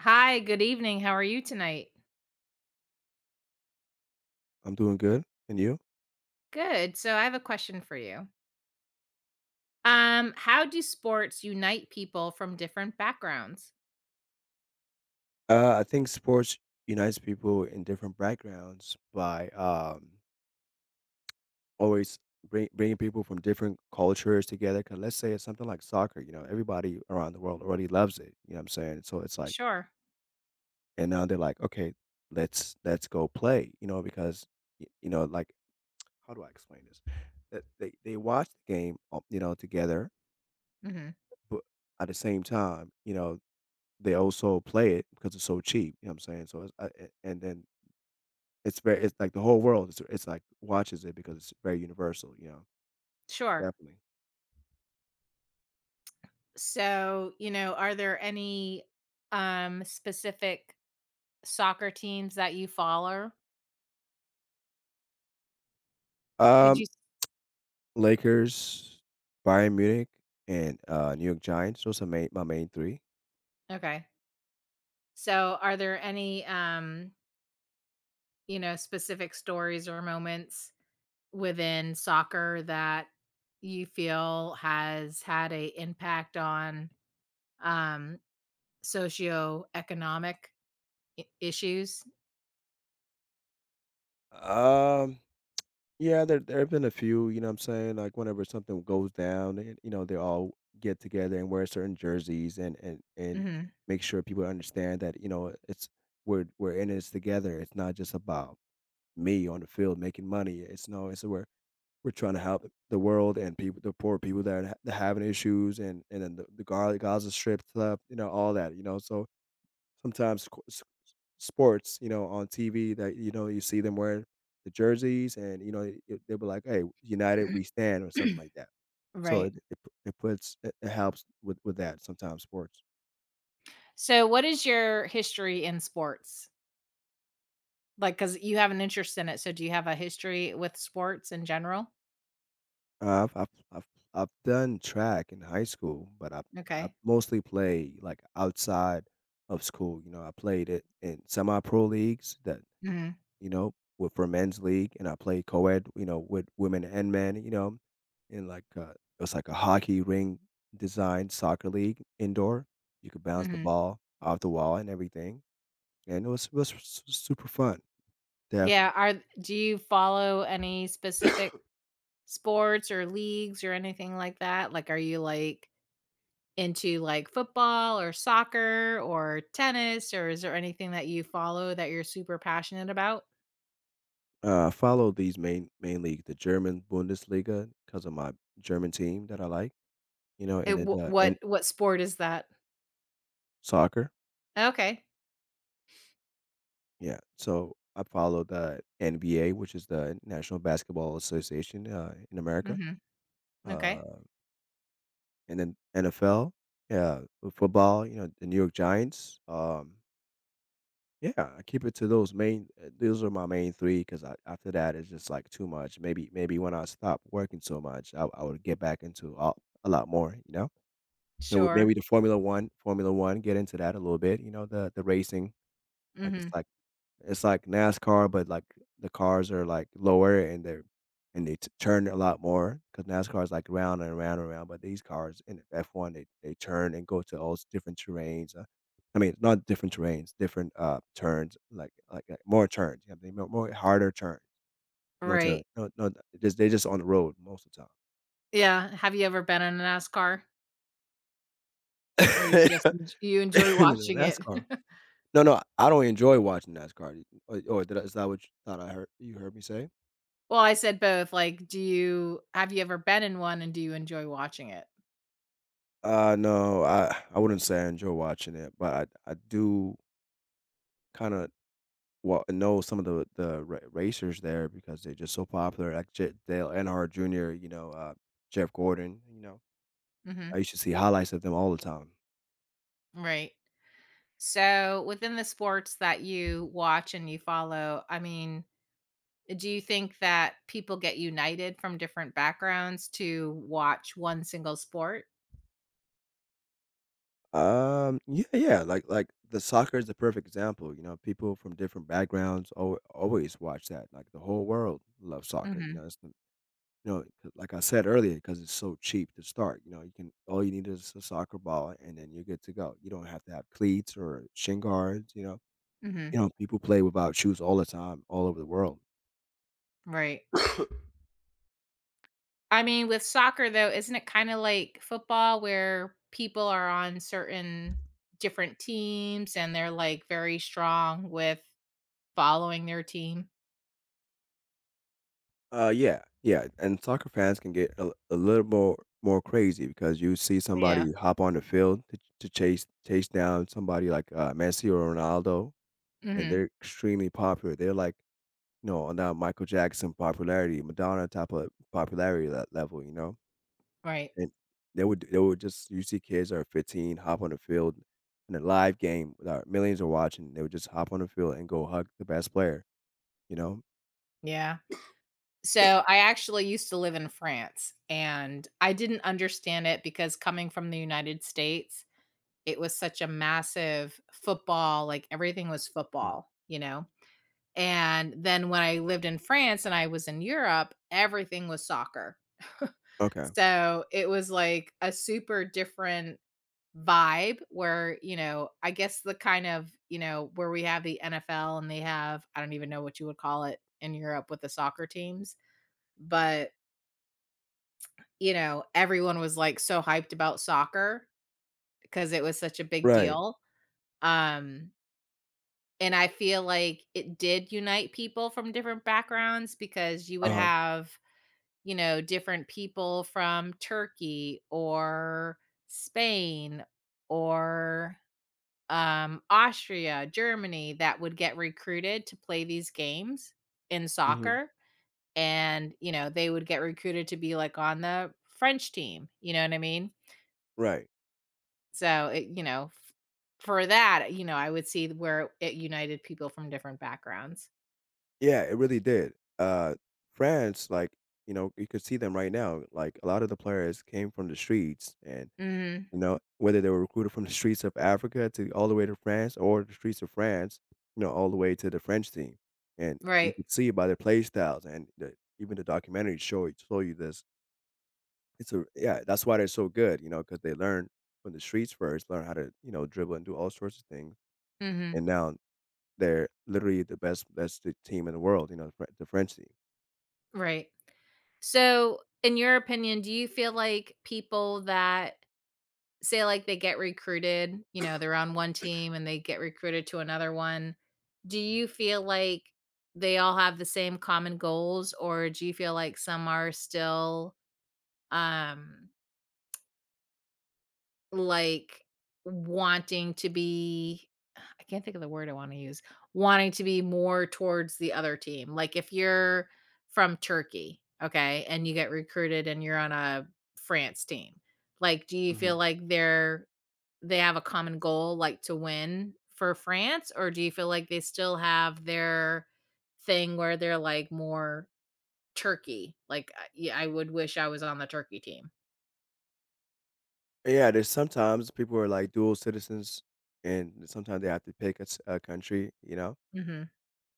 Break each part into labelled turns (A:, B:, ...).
A: Hi, good evening. How are you tonight?
B: I'm doing good. And you?
A: Good. So I have a question for you. How do sports unite people from different backgrounds?
B: I think sports unites people in different backgrounds by always bringing people from different cultures together. Because let's say it's something like soccer, you know, everybody around the world already loves it. You know what I'm saying?
A: Sure.
B: And now they're like, okay, let's go play. You know, because y- you know, like, how do I explain this? That they watch the game, you know, together,
A: Hmm.
B: but at the same time, you know, they also play it because it's so cheap. You know what I'm saying? And then It's very it's like the whole world it's like watches it because it's very universal, you know?
A: Sure.
B: Definitely.
A: So, you know, are there any specific soccer teams that you follow? Could
B: Um,
A: you—
B: Lakers, Bayern Munich, and, New York Giants, those are main my main three.
A: okay. So, are there any you know, specific stories or moments within soccer that you feel has had a impact on um socioeconomic issues.
B: Um, yeah, there have been a few, you know what I'm saying? Like, whenever something goes down and, you know, they all get together and wear certain jerseys and
A: Hmm.
B: make sure people understand that, you know, it's we're in this together. It's not just about me on the field making money. It's no, it's we're trying to help the world and people, the poor people that are ha- that having issues, and then the Gaza Strip stuff, you know, all that, you know. So sometimes squ- s- sports, you know, on TV, that you know you see them wearing the jerseys, and they'll be like, "Hey, United, we stand," or something like that. So
A: Right.
B: it it, it helps with that sometimes, sports.
A: So, what is your history in sports? Like, because you have an interest in it. So, do you have a history with sports in general?
B: Uh, I've I've I've I've done track in high school, but I
A: Okay.
B: mostly play, like, outside of school. You know, I played it in semi-pro leagues that,
A: Hmm.
B: you know, were for men's league, and I played co-ed, you know, with women and men, you know, in, like, it was like a hockey ring designed soccer league indoor. You could bounce the
A: Hmm.
B: ball off the wall and everything, and it was s super fun, definitely.
A: Yeah. Are Do you follow any specific sports or leagues or anything like that? Like, are you like into like football or soccer or tennis, or is there anything that you follow that you're super passionate about?
B: I follow these main mainly the German Bundesliga because of my German team that I like, you know.
A: It,
B: And then
A: wh-
B: the
A: what
B: and
A: what sport is that?
B: Soccer,
A: Okay.
B: yeah. So I follow the NBA, which is the National Basketball Association, in America,
A: Mhm.
B: uh,
A: Okay.
B: and then NFL, yeah, with football, you know, the New York Giants. Um, yeah, I keep it to those are my main three, because after that, it's just, like, too much. Maybe when I stop working so much, I would get back into a lot more, you know? You know,
A: Sure.
B: maybe the Formula One, get into that a little bit, you know, the racing. like, it's
A: Mhm.
B: like it's like NASCAR, but, like, the cars are, like, lower, and they're and they t turn a lot more, because NASCAR is, like, round and round and round, but these cars in the F1, they turn and go to all these different terrains. I mean, not different terrains, different, turns. More turns, you know, they more more harder turns. No turn,
A: Right.
B: no no, Just they just on the road most of the time.
A: Yeah. Have you ever been in a NASCAR or you just en you enjoy
B: in the
A: watching it?
B: NASCAR No, no, I don't enjoy watching NASCAR. Or did I is that what you thought I heard you heard me say?
A: Well, I said both. Like, do you have you ever been in one, and do you enjoy watching it?
B: No, I wouldn't say I enjoy watching it, but I do kind of wa know some of the ra racers there, because they're just so popular, like J Dale Earnhardt Jr., you know, Jeff Gordon, you know. I
A: Mhm.
B: used to see highlights of them all the time.
A: Right. So, within the sports that you watch and you follow, I mean, do you think that people get united from different backgrounds to watch one single sport?
B: Yeah, yeah, like the soccer is the perfect example, you know, people from different backgrounds al always watch that, like the whole world loves soccer, you
A: Mhm,
B: know. 'Cause like I said earlier, because it's so cheap to start. You know, you can all you need is a soccer ball, and then you're good to go. You don't have to have cleats or shin guards. You know,
A: mhm,
B: you know people play without shoes all the time, all over the world.
A: right. I mean, with soccer, though, isn't it kinda like football where people are on certain different teams and they're, like, very strong with following their team?
B: Yeah, yeah, and soccer fans can get a little more crazy, because you see
A: Yeah,
B: somebody hop on the field to chase down somebody like, Messi or Ronaldo, and
A: mhm,
B: they're extremely popular. They're like, you know, on that Michael Jackson popularity, Madonna type of level. You know,
A: right,
B: and they would just you see kids that are 15 hop on the field in a live game, without millions are watching. They would just hop on the field and go hug the best player, you know?
A: yeah. So, I actually used to live in France, and I didn't understand it because coming from the United States it was such a massive football, like everything was
B: Mm,
A: football, you know? And then when I lived in France and I was in Europe, everything was soccer.
B: okay.
A: So it was like a super different vibe where, you know, I guess the kind of, you know, where we have the NFL and they have, I don't even know what you would call it in Europe with the soccer teams, but, you know, everyone was like so hyped about soccer because it was such a big
B: Right.
A: deal. Um, And I feel like it did unite people from different backgrounds because you would
B: Uh-huh.
A: have, you know, different people from Turkey or Spain or Austria, Germany that would get recruited to play these games in
B: Mhm.
A: soccer. And, you know, they would get recruited to be like on the French team. You know what I mean?
B: Right.
A: So, it, you know, for that, you know, I would see where it united people from different backgrounds.
B: Yeah, it really did. France, like, you know, you could see them right now, like, a lot of the players came from the streets.
A: Mhm.
B: Whether they were recruited from the streets of Africa to all the way to France, or the streets of France, you know, all the way to the French team. And you
A: Right.
B: could see by their play styles and even the documentary show you this. It's a Yeah, that's why they're so good, you know, because they learn from the streets first, learn how to, you know, dribble and do all sorts of things.
A: Mhm.
B: And now they're literally the best team in the world, you know, the French team.
A: Right. So, in your opinion, do you feel like people that say like they get recruited, you know, they're on one team and they get recruited to another one, do you feel like they all have the same common goals or do you feel like some are still um like, wanting to be— I can't think of the word I wanna use, wanting to be more towards the other team. Like, if you're from Turkey, okay, and you get recruited and you're on a France team, like, do you
B: Hmm.
A: feel like they're— they have a common goal, like, to win for France? Or do you feel like they still have their thing where they're, like, more Turkey? Like, I— yeah, I would wish I was on the Turkey team.
B: Yeah, there's sometimes people are like dual citizens, and sometimes they have to pick a country, you know.
A: Mhm,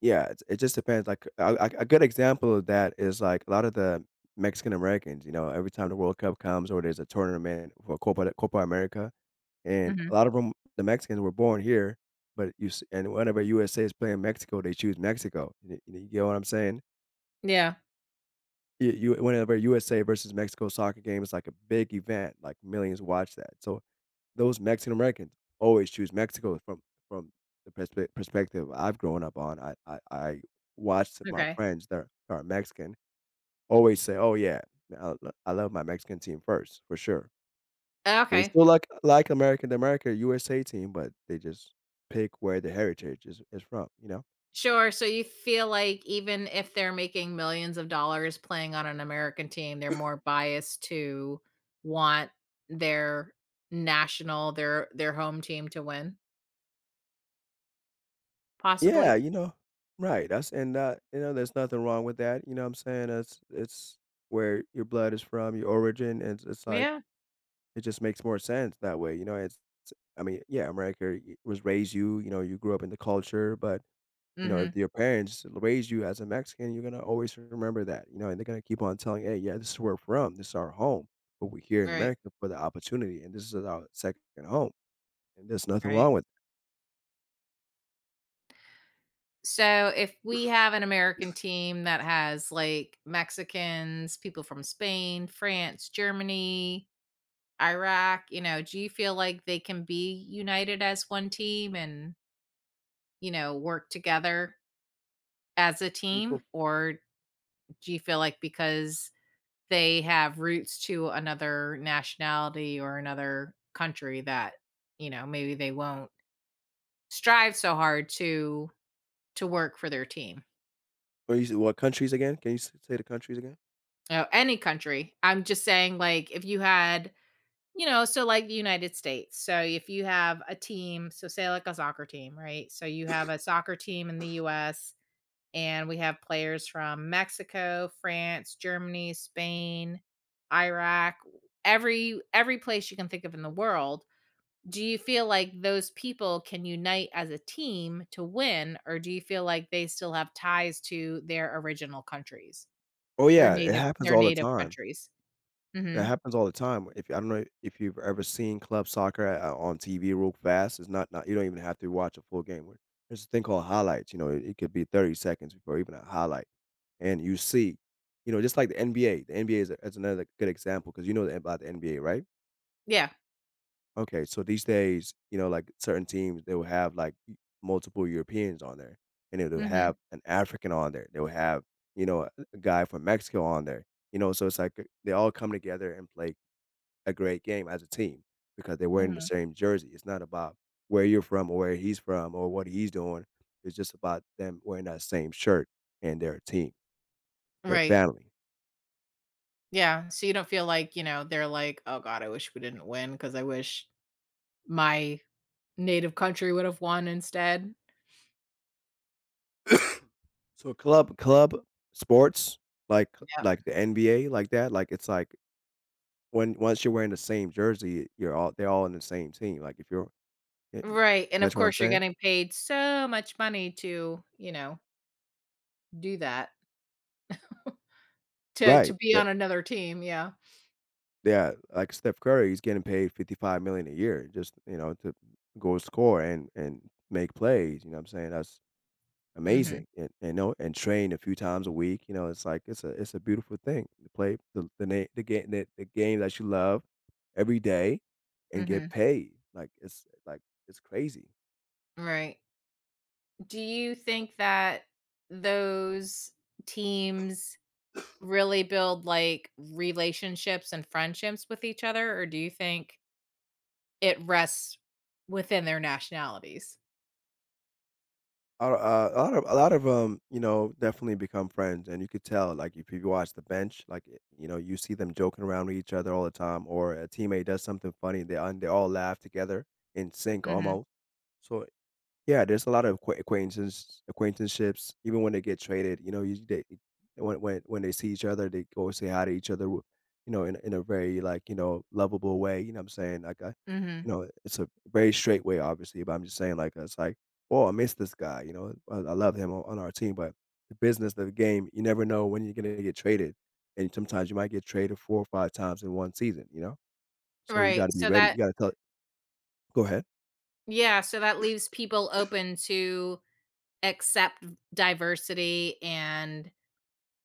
B: Yeah, it's it just depends. Like, a good example of that is, like, a lot of the Mexican Americans, you know, every time the World Cup comes, or there's a tournament for Copa America, and a
A: mhm.
B: lot of them, the Mexicans were born here, but you s and whenever USA is playing Mexico, they choose Mexico. You you get what I'm saying?
A: Yeah,
B: You Whenever USA versus Mexico soccer game is like a big event, like, millions watch that. So those Mexican Americans always choose Mexico from from the perspective I've grown up on. I watched my
A: okay.
B: friends that are Mexican always say, "Oh, yeah, I love my Mexican team first, for sure." They
A: Okay,
B: still like American the America USA team, but they just pick where the heritage is from, you know?
A: sure. So you feel like even if they're making millions of dollars playing on an American team, they're more biased to want their national, their home team to win,
B: Yeah,
A: possibly?
B: you know? Right, you know, there's nothing wrong with that, you know what I'm saying? It's where your blood is from, your origin, and it's like
A: Yeah.
B: it just makes more sense that way, you know. It's I mean, yeah, America y was raised you, you know, you grew up in the culture, but, you know,
A: Mhm.
B: if your parents raised you as a Mexican, you're gonna always remember that, you know, and they're gonna keep on telling, "Hey, yeah, this is where we're from, this is our home, but we're here in
A: Right,
B: America for the opportunity, and this is our second home, and there's nothing
A: right.
B: wrong with it."
A: So if we have an American team that has, like, Mexicans, people from Spain, France, Germany, Iraq, you know, do you feel like they can be united as one team and, you know, work together as a
B: People,
A: team, or do you feel like because they have roots to another nationality or another country that, you know, maybe they won't strive so hard to work for their team?
B: what countries again? Can you s say the countries again?
A: Oh, any country. I'm just saying like if you had, you know, so like the United States. So if you have a team, so say like a soccer team, right? So you have a soccer team in the US and we have players from Mexico, France, Germany, Spain, Iraq, every place you can think of in the world. Do you feel like those people can unite as a team to win or do you feel like they still have ties to their original countries?
B: Oh,
A: Their
B: yeah, it
A: native
B: happens
A: their
B: all the
A: native
B: time.
A: countries?
B: That
A: Mhm.
B: happens all the time. If I don't know if you've ever seen club soccer, on TV real fast. It's not Not you don't even have to watch a full game. There's a thing called highlights. You know, it could be 30 seconds before even a highlight, and you see, you know, just like the NBA. Is another good example, because you know about the NBA, right?
A: Yeah.
B: Okay, so these days, you know, like certain teams, they will have multiple Europeans on there, and they'll have
A: Mhm.
B: an African on there. They'll have, you know, a guy from Mexico on there. You know, so it's like, they all come together and play a great game as a team, because they're wearing the
A: Mhm.
B: same jersey. It's not about where you're from or where he's from or what he's doing. It's just about them wearing that same shirt, and they're a team, they're
A: Right.
B: family.
A: Yeah, so you don't feel like, you know, they're like, "Oh god, I wish we didn't win because I wish my native country would have won instead."
B: So club sports like
A: Yep.
B: the NBA, like that, like it's like when once you're wearing the same jersey, you're all they're all in the same team. Like if you're y- y-
A: Right, and of
B: That's what I'm
A: course you're
B: saying.
A: getting paid so much money to, you know, do that. To
B: Right.
A: be
B: They're,
A: on another team, yeah.
B: yeah, like Steph Curry, he's getting paid 55 million a year just, you know, to go score and make plays, you know what I'm saying? That's
A: Mhm,
B: Amazing, and train a few times a week, you know. It's like it's a beautiful thing to play the game that you love every day and get
A: mhm,
B: paid. Like, it's like, it's crazy.
A: right. Do you think that those teams really build, like, relationships and friendships with each other, or do you think it rests within their nationalities?
B: A lot of you know, definitely become friends, and you could tell, like, if you watch the bench, like, eh, you know, you see them joking around with each other all the time, or a teammate does something funny, they all laugh together in sync
A: Mhm,
B: almost. So yeah, there's a lot of acquaintanceships, even when they get traded, you know. Usually they when when they see each other, they go say hi to each other. W You know, in a very, like, you know, lovable way, you know what I'm saying? Like, I you
A: mhm.
B: know, it's a very straight way, obviously, but I'm just saying, like, it's like, "Oh, I miss this guy," you know? "I love him on our team." But the business of the game, you never know when you're gonna get traded, and sometimes you might get traded 4 or 5 times in 1 season, you know? So you
A: Right,
B: gotta be
A: so
B: ready. You
A: that—
B: gotta tell Go ahead.
A: yeah, so that leaves people open to accept diversity and—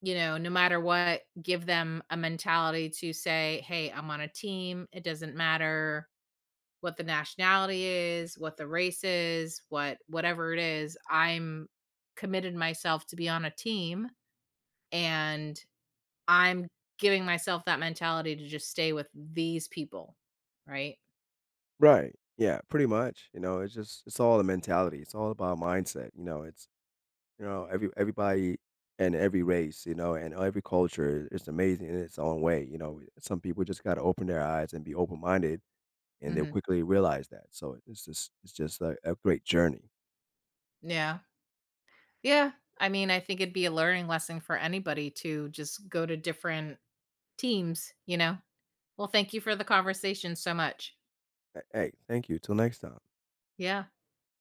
A: you know, no matter what, give them a mentality to say, "Hey, I'm on a team. It doesn't matter what the nationality is, what the race is, what whatever it is. I'm committed myself to be on a team and I'm giving myself that mentality to just stay with these people." Right?
B: Right. Yeah, pretty much, you know. It's just it's all the mentality, it's all about mindset, you know. Every everybody and every race, you know, and every culture is amazing in its own way, you know. Some people just gotta open their eyes and be open-minded, and they'll
A: Mhm.
B: quickly realize that. So it's just a great journey.
A: Yeah. Yeah. I mean, I think it'd be a learning lesson for anybody to just go to different teams, you know? Well, thank you for the conversation so much.
B: Hey, thank you, till next time.
A: Yeah.